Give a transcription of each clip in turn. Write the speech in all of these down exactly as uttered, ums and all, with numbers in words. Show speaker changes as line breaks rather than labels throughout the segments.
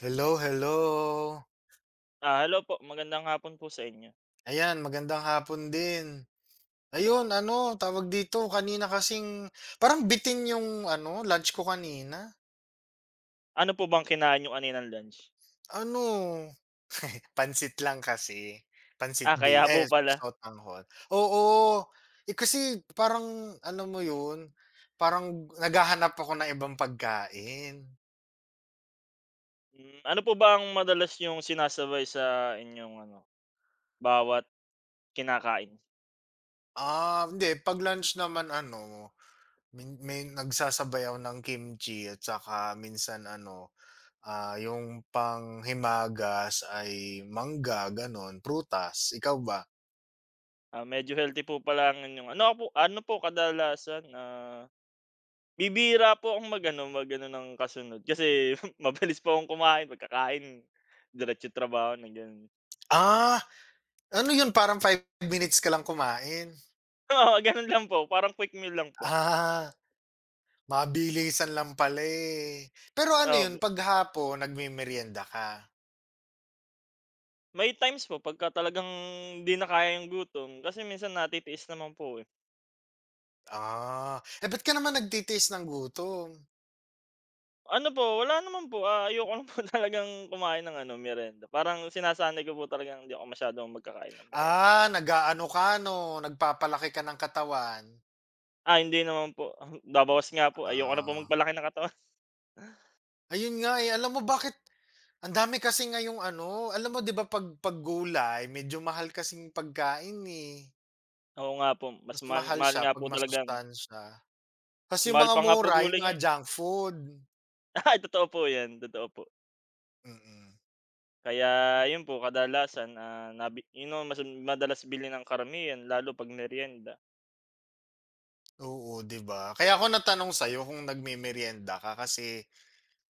Hello, hello.
Ah, hello po, magandang hapon po sa inyo.
Ayan, magandang hapon din. Ayun, ano, tawag dito, kanina kasing parang bitin yung ano, lunch ko kanina.
Ano po bang kinain niyo kaninang lunch?
Ano, pansit lang kasi. Pansit
Ah, kaya
bay
po
eh,
pala.
sotanghon. Oo, eh, kasi parang ano mo yun, parang naghahanap ako ng ibang pagkain.
Hmm, ano po ba ang madalas yung sinasabay sa inyong ano, bawat kinakain?
Ah, hindi, 'pag lunch naman ano, min may nagsasabay ako ng kimchi at saka minsan ano. Ah, yung panghimagas ay mangga, gano'n, prutas. Ikaw ba?
Ah, medyo healthy po pala ang inyong ano po ano po kadalasan, ah, bibira po akong magano magano ng kasunod kasi mabilis po akong kumain, pagkakain diretso trabaho na gano'n.
Ah, ano yun parang five minutes ka lang kumain?
Oo, gano'n lang po, parang quick meal lang po,
Ah, mabilisan lang pala, eh. Pero ano yun
opo.
'pag hapon nagmemeryenda ka?
May times po pagka talagang 'di na kaya yung gutom kasi minsan natitiis naman po, eh.
Ah, eh, ba't ka naman nagtitiis ng gutom?
Ano po, wala naman po, ah, ayoko lang po talagang kumain ng ano, merienda. Parang sinasanay ko po talagang hindi ako masyadong magkakain ng merienda.
Ah, nag-aano ka 'no, nagpapalaki ka ng katawan.
Ah, hindi naman po, babawas nga po, ayoko na po
Ah,
magpalaki ng katawan.
ayun nga, eh. Alam mo bakit. Ang dami kasi ngayong ano, alam mo 'di ba 'pag 'pag gulay medyo mahal kasing pagkain, eh.
Oo nga po, mas
Mas
mahal
mahal
mahal
siya
nga po
'pag
talagang, ano,
masustansya. Kasi
mas
yung
mahal
mga
pa nga po
mura, yung
gulay
mga
ngayon.
junk food.
Ay, totoo po 'yan, totoo po.
Mm.
Kaya yun po kadalasan, ah, nabi yun ang mas madalas bilhin ng karamihan lalo 'pag merienda.
Oo, 'di ba? Kaya ako natanong sa'yo kung nagmemeryenda ka kasi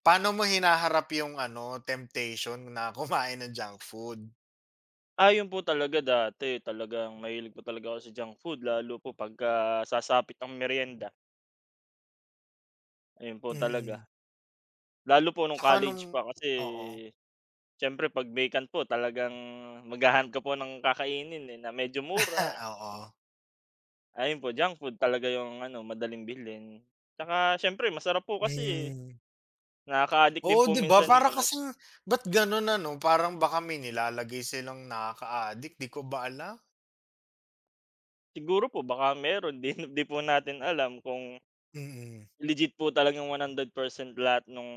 paano mo hinaharap yung ano, temptation na kumain ng junk food?
Ah, yun po talaga dati, talagang mahilig po talaga ako sa junk food lalo po pagka sasapit ang merienda, ayun po
Mm.
talaga. Lalo po nung
Tsaka nung
college pa kasi
oo.
siyempre 'pag vacant po talagang maghahanap ka po ng kakainin, eh, na medyo mura.
Oo.
Ayun po, junk food talaga yung ano, madaling bilhin. Tsaka siyempre masarap po kasi, eh.
Hmm.
Nakaka-addict din
Oo,
po
'di ba?
minsan yung
Para
ano.
kasing ba't gano'n ano, parang baka may nilalagay silang nakaka-addict, 'di ko ba alam.
Siguro po baka meron din, 'di po natin alam kung
Mm,
legit po talagang one hundred percent lahat ng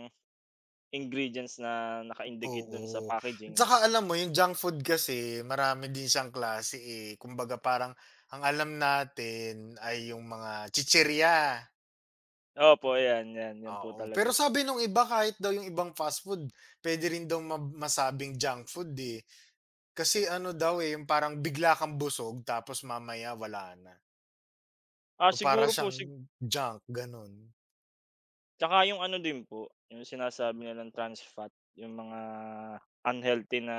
ingredients na naka-indicate dun sa
oo. At
packaging.
saka alam mo yung junk food kasi marami din siyang klase, eh. Kumbaga parang ang alam natin ay yung mga chichirya,
Opo, ayan, 'yan, 'yan po
oo.
talaga.
Pero sabi nung iba kahit daw yung ibang fast food puwede rin daw ma masabing junk food, eh. Kasi ano daw, eh, yung parang bigla kang busog tapos mamaya wala na.
Ah,
So, para
siguro po
siyang
si
junk, gano'n.
Tsaka yung ano din po, yung sinasabi nilang trans fat, yung mga unhealthy na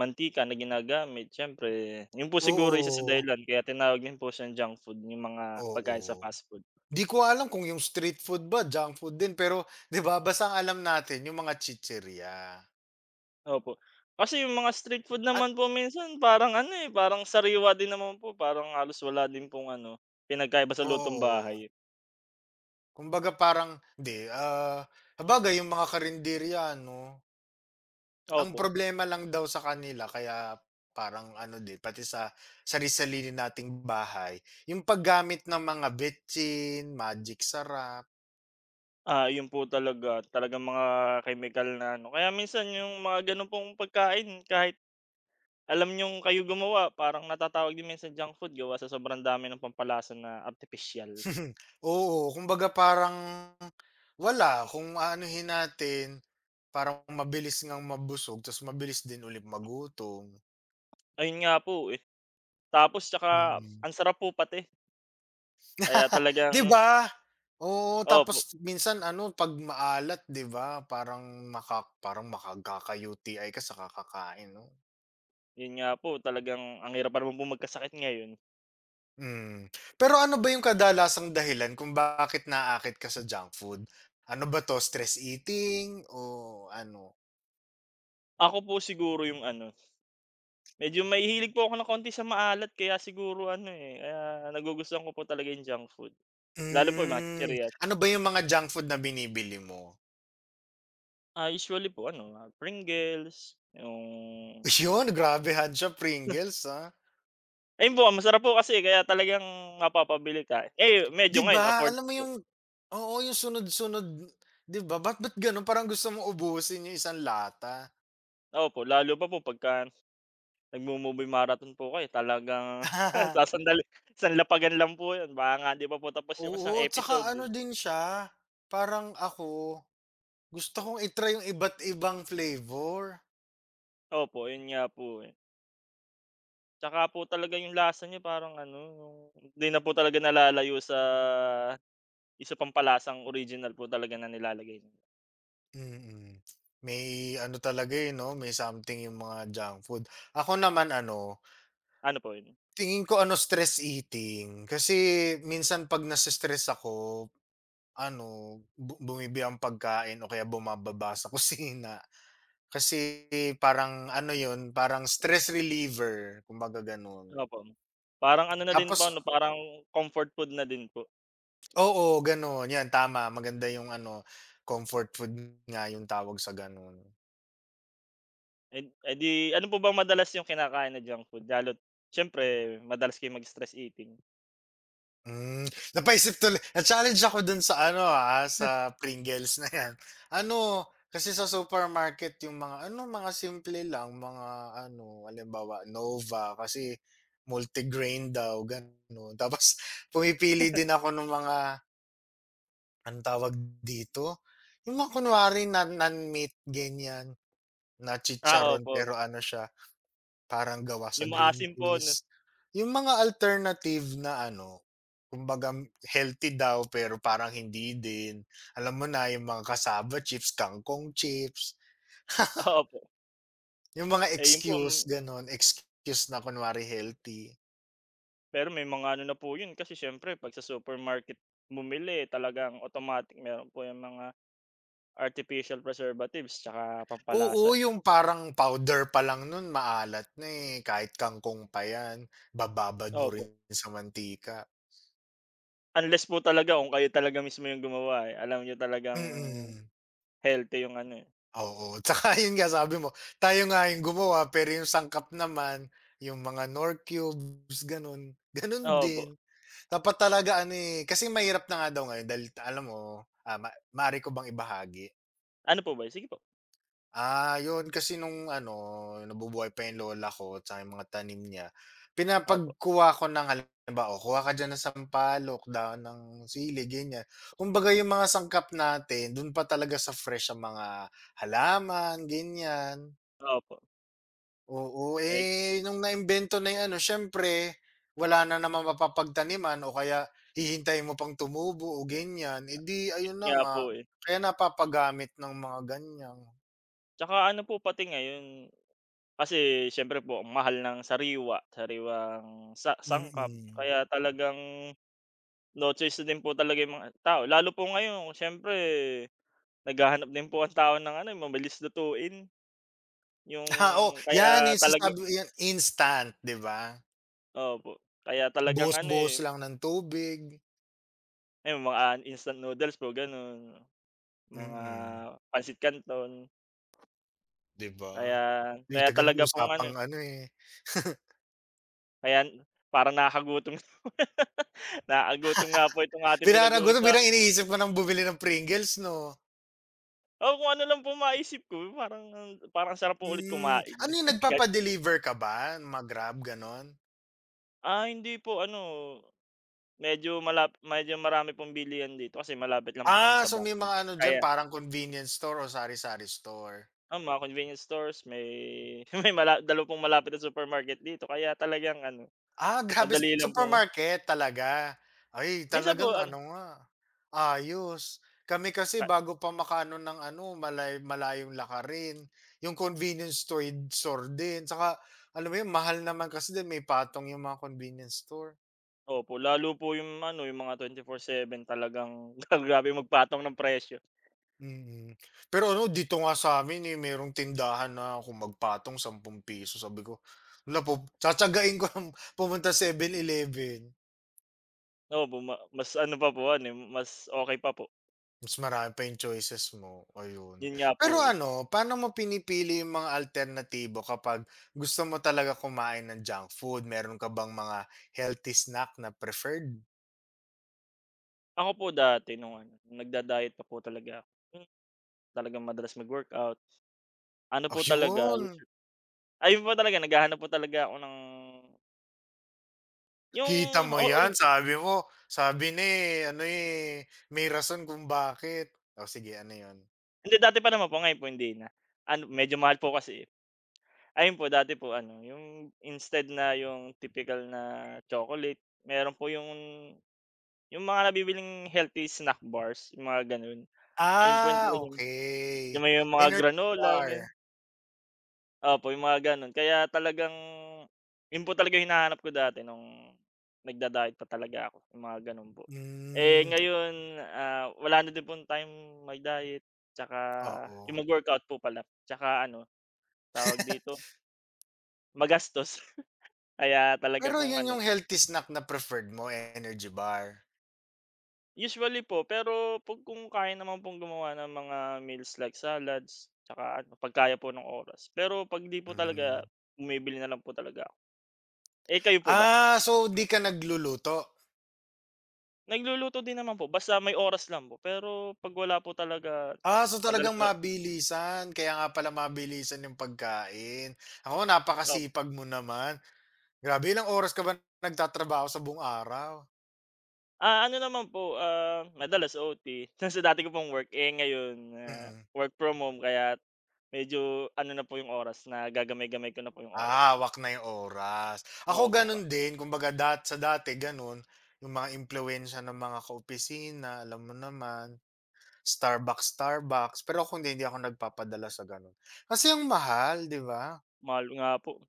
mantika na ginagamit siyempre yun po siguro isa sa
Oo,
dahilan kaya tinawag din po siyang junk food yung mga pagkain sa
oo.
fast food,
'Di ko alam kung yung street food ba junk food din pero 'di ba basta ang alam natin yung mga chichirya
opo. Kasi yung mga street food
at
naman po minsan parang ano, eh, parang sariwa din naman po parang halos wala din pong ano, pinagkaiba sa lutong
oo.
bahay.
Kumbaga parang hindi, ah, sabagay yung mga karinderya ano, ang
Opo,
problema lang daw sa kanila kaya parang ano din pati sa sari-sarili nating bahay, yung paggamit ng mga betsin, magic sarap.
ah, yun po talaga, talagang mga chemical na ano, kaya minsan yung mga gano'n pong pagkain kahit alam niyong kayo gumawa parang natatawag din minsan junk food gawa sa sobrang dami ng pampalasa na artipisyal.
Oo, kumbaga parang wala, kung aanuhin natin, parang mabilis ngang mabusog ta's mabilis din ulit magutom,
Ayun nga po, eh. Tapos tsaka
mm.
ang sarap po pati kaya talagang
'Di ba? Oo,
opo,
tapos minsan ano 'pag maalat 'di ba, parang maka parang maka kaka-U T I ka sa kakakain 'no?
yun nga po talagang ang hirap pa naman po magkasakit ngayon.
Hmm, pero ano ba yung kadalasang dahilan kung bakit naakit ka sa junk food? Ano ba 'to, stress eating o ano?
Ako po siguro yung ano, medyo mahihilig po ako ng konti sa maalat kaya siguro ano, eh, kaya nagugustuhan ko po talaga yung junk food. Lalo po yung mga
Hmm,
chichirya.
ano ba yung mga junk food na binibili mo?
Ah, usually po ano, ah, Pringles, yung
Yun, grabehan siya Pringles, ah.
Ayun po, masarap po kasi kaya talagang mapapabili ka. Eh,
'Di
medyo ngayon
ba
afford
alam
na
mo
po.
yung oo, yung sunod-sunod 'di ba ba't ba't gano'n parang gusto mong ubusin yung isang lata.
Opo, lalo pa po pagka nagmo-movie marathon po kayo talagang sasandali sanlapagan lang po 'yun. Baka nga hindi pa po tapos yung
Oo,
isang
tsaka
episode,
ano
eh.
din siya, parang ako, gusto kong i-try yung iba't ibang flavor.
Opo, 'yun nga po, eh. Tsaka po talaga yung lasa niya parang ano, yung hindi na po talaga nalalayo sa isa pang palasang original po talaga na nilalagay niya.
Mm, may ano talaga, eh, 'no, may something yung mga junk food. Ako naman ano.
Ano po 'yun?
Tingin ko ano, stress eating. Kasi minsan 'pag na ako, ano, bu bumibili akong pagkain o kaya bumababa sa kusina. Kasi parang ano 'yun, parang stress reliever, kumbaga gano'n.
Opo. Parang ano na din
Tapos
po 'no, parang comfort food na din po.
oo, gano'n, 'yan tama, maganda 'yung ano, comfort food nga 'yung tawag sa gano'n.
Eh, eh, di ano po ba madalas yung kinakain na junk food lalo't siyempre madalas kayong mag-stress eating?
Hmm, napaisip tuloy na-challenge ako dun sa ano, ah, sa Pringles na 'yan. Ano, kasi sa supermarket yung mga ano, mga simple lang, mga ano, halimbawa Nova kasi multigrain daw, gano'n. Tapos pumipili din ako ng mga anong tawag dito? Yung mga kunwari na non-meat, ganiyan, na
Ah,
chicharon
opo,
pero ano siya. Parang gawa
yung
sa green
maasim po
peas,
'no?
yung mga alternative na ano, kumbaga m- healthy daw pero parang hindi din. Alam mo na yung mga cassava chips, kangkong chips,
Opo.
yung mga
Eh, yun po
excuse
m-
gano'n, excuse na kunwari healthy.
pero may mga ano na po yun kasi siyempre 'pag sa supermarket bumili talagang automatic meron po yung mga artificial preservatives tsaka
Oo,
pampalasa, eh.
yung parang powder pa lang nun maalat na, eh, kahit kangkong pa yan, bababad mo
Opo,
rin sa mantika,
unless po talaga kung kayo talaga mismo yung gumawa, eh, alam niyo talagang
mm.
healthy yung ano, eh
Oo, tsaka yun nga sabi mo, tayo nga yung gumawa pero yung sangkap naman, yung mga Knorr cubes ganun, ganun
opo.
din. Dapat talaga ano, eh, kasi mahirap na nga daw ngayon dahil alam mo, ah, ma maaari ko bang ibahagi?
Ano po ba yun? Sige po.
Ah, yun kasi nung ano, nabubuhay pa yung lola ko tsaka yung mga tanim niya,
Opo,
pinapagkuha ko ng halimbawa, "O kuha ka diyan ng sampalok, dahon ng sili," ganyan. Kumbaga yung mga sangkap natin dun pa talaga sa fresh ang mga halaman, ganyan.
opo.
Oo,
Eh,
eh, nung naimbento na 'yang ano, siyempre wala na namang mapapagtaniman o kaya hihintayin mo pang tumubo o ganiyan, eh, di
yun
ayun na
nga
nga,
po, eh.
kaya napapagamit ng mga ganiyang
Tsaka ano po pati ngayon, kasi siyempre po ang mahal ng sariwa, sariwang sa sangkap
mm.
kaya talagang no choice na din po talaga yung mga tao. Lalo po ngayon siyempre naghahanap din po ang tao ng ano, eh, mabilis lutuin yung
Ah, oh, 'yan
kaya
yung
talagang
sinasabi 'yan instant, 'di ba?
opo, kaya talagang ano,
Buhos-buhos
eh,
lang ng tubig,
ayun mga instant noodles po gano'n, mga
mm,
pancit canton.
'di ba?
Kaya
May
kaya
tagang
talaga pong ano,
usapang ano, eh,
kaya parang nakakagutom. Nakakagutom nga po itong ating
binarang gutom biglang
pinag-uusapan.
iniisip ko ng bumili ng Pringles 'no?
Oo, kung ano lang po maisip ko parang parang sarap po ulit
Hmm,
kumain.
ano yung
Gan
nagpapa-deliver ka ba, ma-Grab, gano'n?
ah, Hindi po ano, medyo malap medyo marami pong bilihan dito kasi malapit lang po kami
Ah,
sa
so may
bahay.
mga ano diyan
Kaya
parang convenience store o sari-sari store.
oo, mga convenience stores may may mala dalawa pong malapit na supermarket dito kaya talagang ano,
Ah, grabe s
madali lang po
supermarket talaga. Ay,
minsan po
talagang
ano
ano nga, ayos. Kami kasi
ka
bago pa maka ng ano malay malayong lakarin, yung convenience store store din tsaka alam mo yun mahal naman kasi din may patong yung mga convenience store.
opo, lalo po yung ano, yung mga twenty four seven talagang grabe magpatong ng presyo.
Mm. Pero ano dito nga sa'min, eh, merong tindahan na kung magpatong ₱sampung piso. Sabi ko, hala pup tsatsagain ko ng pumunta seven-Eleven.
Opo, ma mas ano pa po ano, eh, mas okay pa po.
Mas marami pa yung choices mo, ayun.
Yun nga po,
Pero
eh.
ano, paano mo pinipili yung mga alternatibo kapag gusto mo talaga kumain ng junk food? Meron ka bang mga healthy snack na preferred?
Ako po dati nung ano, nagda-diet pa po talaga ako, hmm, talagang madalas mag-workout. Ano po talaga
Ayun,
usu ayun po talaga naghahanap po talaga ako ng yung
kita mo
oo
'yan, sabi mo sabi ni ano, eh, may rason kung bakit. O sige ano 'yun?
hindi dati pa naman po, ngayon po hindi na. Ano medyo mahal po kasi, eh. Ayun po dati po ano, yung instead na yung tipikal na chocolate, meron po yung yung mga nabibiling healthy snack bars, yung mga gano'n. Ayun po yung
Ah,
talagang
okay.
yung may mga
Energy
granola, yung
bar.
Opo, yung mga gano'n. Kaya talagang yun po talaga yung hinahanap ko dati nung nagda-diet pa talaga ako, yung mga gano'n po. Eh,
Hmm,
ngayon, ah, wala na din pong time mag-diet tsaka yung
oo.
mag-workout po pala tsaka ano, tawag dito, magastos. Kaya talaga
Pero
pong
'yun
ano
yung healthy snack na preferred mo, energy bar?
usually po, pero 'pag kung kaya naman pong gumawa ng mga meals like salads tsaka ano, 'pag kaya po ng oras. Pero 'pag 'di po talaga,
Hmm.
bumibili na lang po talaga ako. Eh, kayo po ba?
Ah, so di ka nagluluto?
Nagluluto din naman po basta may oras lang po, pero 'pag wala po talaga
Ah, so
madalas
talagang
na
mabilisan, kaya nga pala mabilisan yung pagkain. Ako
op
napakasipag mo naman. Grabe, ilang oras ka ba nagtatrabaho sa buong araw?
ah, ano naman po, ah, madalas O T. Sa sa dati ko pong work, eh, ngayon, ah,
Mm.
work from home kaya medyo ano na po yung oras, nagagamay-gamay ko na po yung
Ah,
oras.
hawak na yung oras. Ako
Opo, ka
ganun din, kumbaga dat sa dati ganun, yung mga impluwensiya ng mga kaopisina, alam mo naman, Starbucks, Starbucks. Pero ako hindi, hindi, ako nagpapadala sa ganun. Kasi ang mahal, 'di ba?
mahal nga po.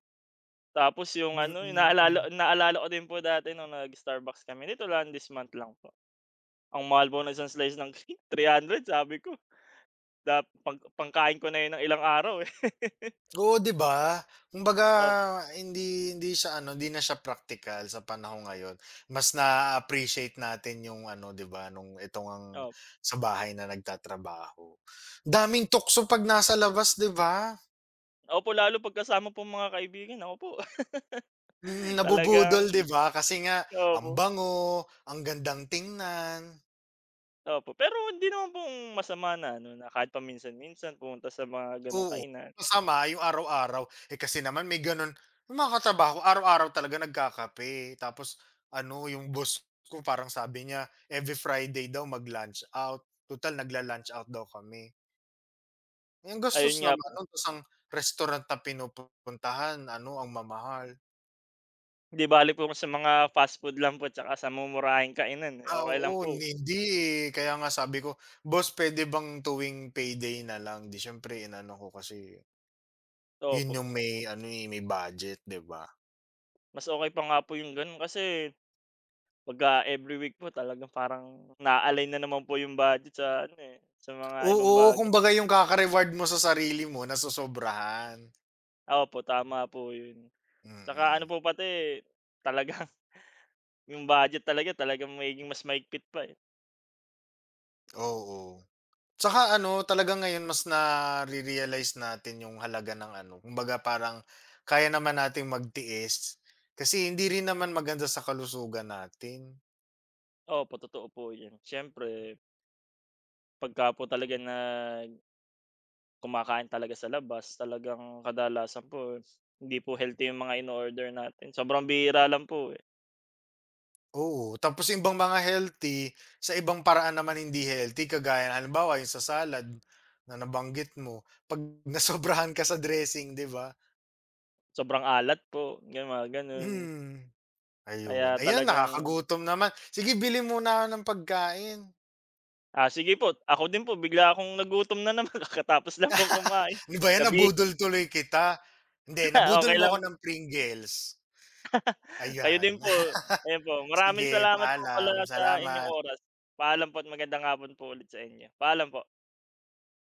Tapos yung ano, yung
Mm.
naalala naalala ko din po dati nung nag-Starbucks kami nito lang this month lang po. Ang mahal po ng isang slice ng cake, tatlong daan sabi ko. Dap pang Pangkain ko na yun ng ilang araw, eh.
Oo, 'di ba? Kumbaga
Opo,
hindi hindi siya ano, hindi na siya practical sa panahon ngayon. Mas na appreciate natin yung ano, 'di ba, nung itong ang
op
sa bahay na nagtatrabaho. Daming tukso 'pag nasa labas, 'di ba?
Opo, lalo 'pag kasama mga kaibigan, ako po
Mm,
talagang
nabubudol, 'di ba? Kasi nga ang
opo,
bango, ang gandang tingnan.
opo. Pero hindi naman pong masama na ano, na kahit paminsan-minsan pumunta sa mga gano'ng
Oo,
kainan.
masama yung araw-araw. Eh, kasi naman may gano'n yung mga katrabaho araw-araw talaga nagkakape, tapos ano yung boss ko parang sabi niya every Friday daw mag-lunch out, total nagla-lunch out daw kami. Yung ang
Ayun
gastos
nga
naman
po,
ano tas ang restaurant na pinupuntahan ano ang mamahal.
'di balik po sa mga fast food lang po tsaka sa mumurahing kainan, eh,
Ah,
okey lang
oo,
po.
hindi, eh, kaya nga sabi ko, "Boss puwede bang tuwing payday na lang?" 'Di siyempre inano ko kasi yun
Opo,
yung may ano, eh, may budget, 'di ba?
mas okay pa nga po yung gano'n kasi pagka every week po talagang parang naa-align na naman po yung budget sa ano, eh, sa mga ibang
Oo,
bagay.
kumbaga yung kaka-reward mo sa sarili mo nasosobrahan.
Opo, tama po yun. Tsaka ano
Mm,
po pati talagang yung budget talaga, talagang magiging mas mahigpit pa, eh.
oo. Tsaka ano, talagang ngayon mas nare-realize natin yung halaga ng ano, kumbaga parang kaya naman nating magtiis kasi hindi rin naman maganda sa kalusugan natin.
Opo, totoo po 'yan. Siyempre pagka po talaga na kumakain talaga sa labas, talagang kadalasan po hindi po healthy yung mga in order natin. Sobrang bihira lang po, eh.
Oo, tapos yung ibang mga healthy, sa ibang paraan naman hindi healthy kagaya halimbawa yung sa salad na nabanggit mo, 'pag nasobrahan ka sa dressing, 'di ba?
Sobrang alat po, yung mga gano'n.
Hmm.
Kaya
Ayun. Ayan,
talagang
nakakagutom naman. Sige, bili muna ako ng pagkain.
ah, sige po, ako din po bigla akong nagutom na naman kakatapos lang pong kumain.
Ano ba 'yan,
Nabihira,
nabudol tuloy kita. Hindi, nabudol
okey
mo
lang
ako
po.
ng Pringles.
Kayo
Ayan.
din po, ayun po. Maraming
Sige,
salamat po pala
paalam.
sa inyong
Salamat.
oras. Paalam po at magandang hapon po ulit sa inyo. Paalam po.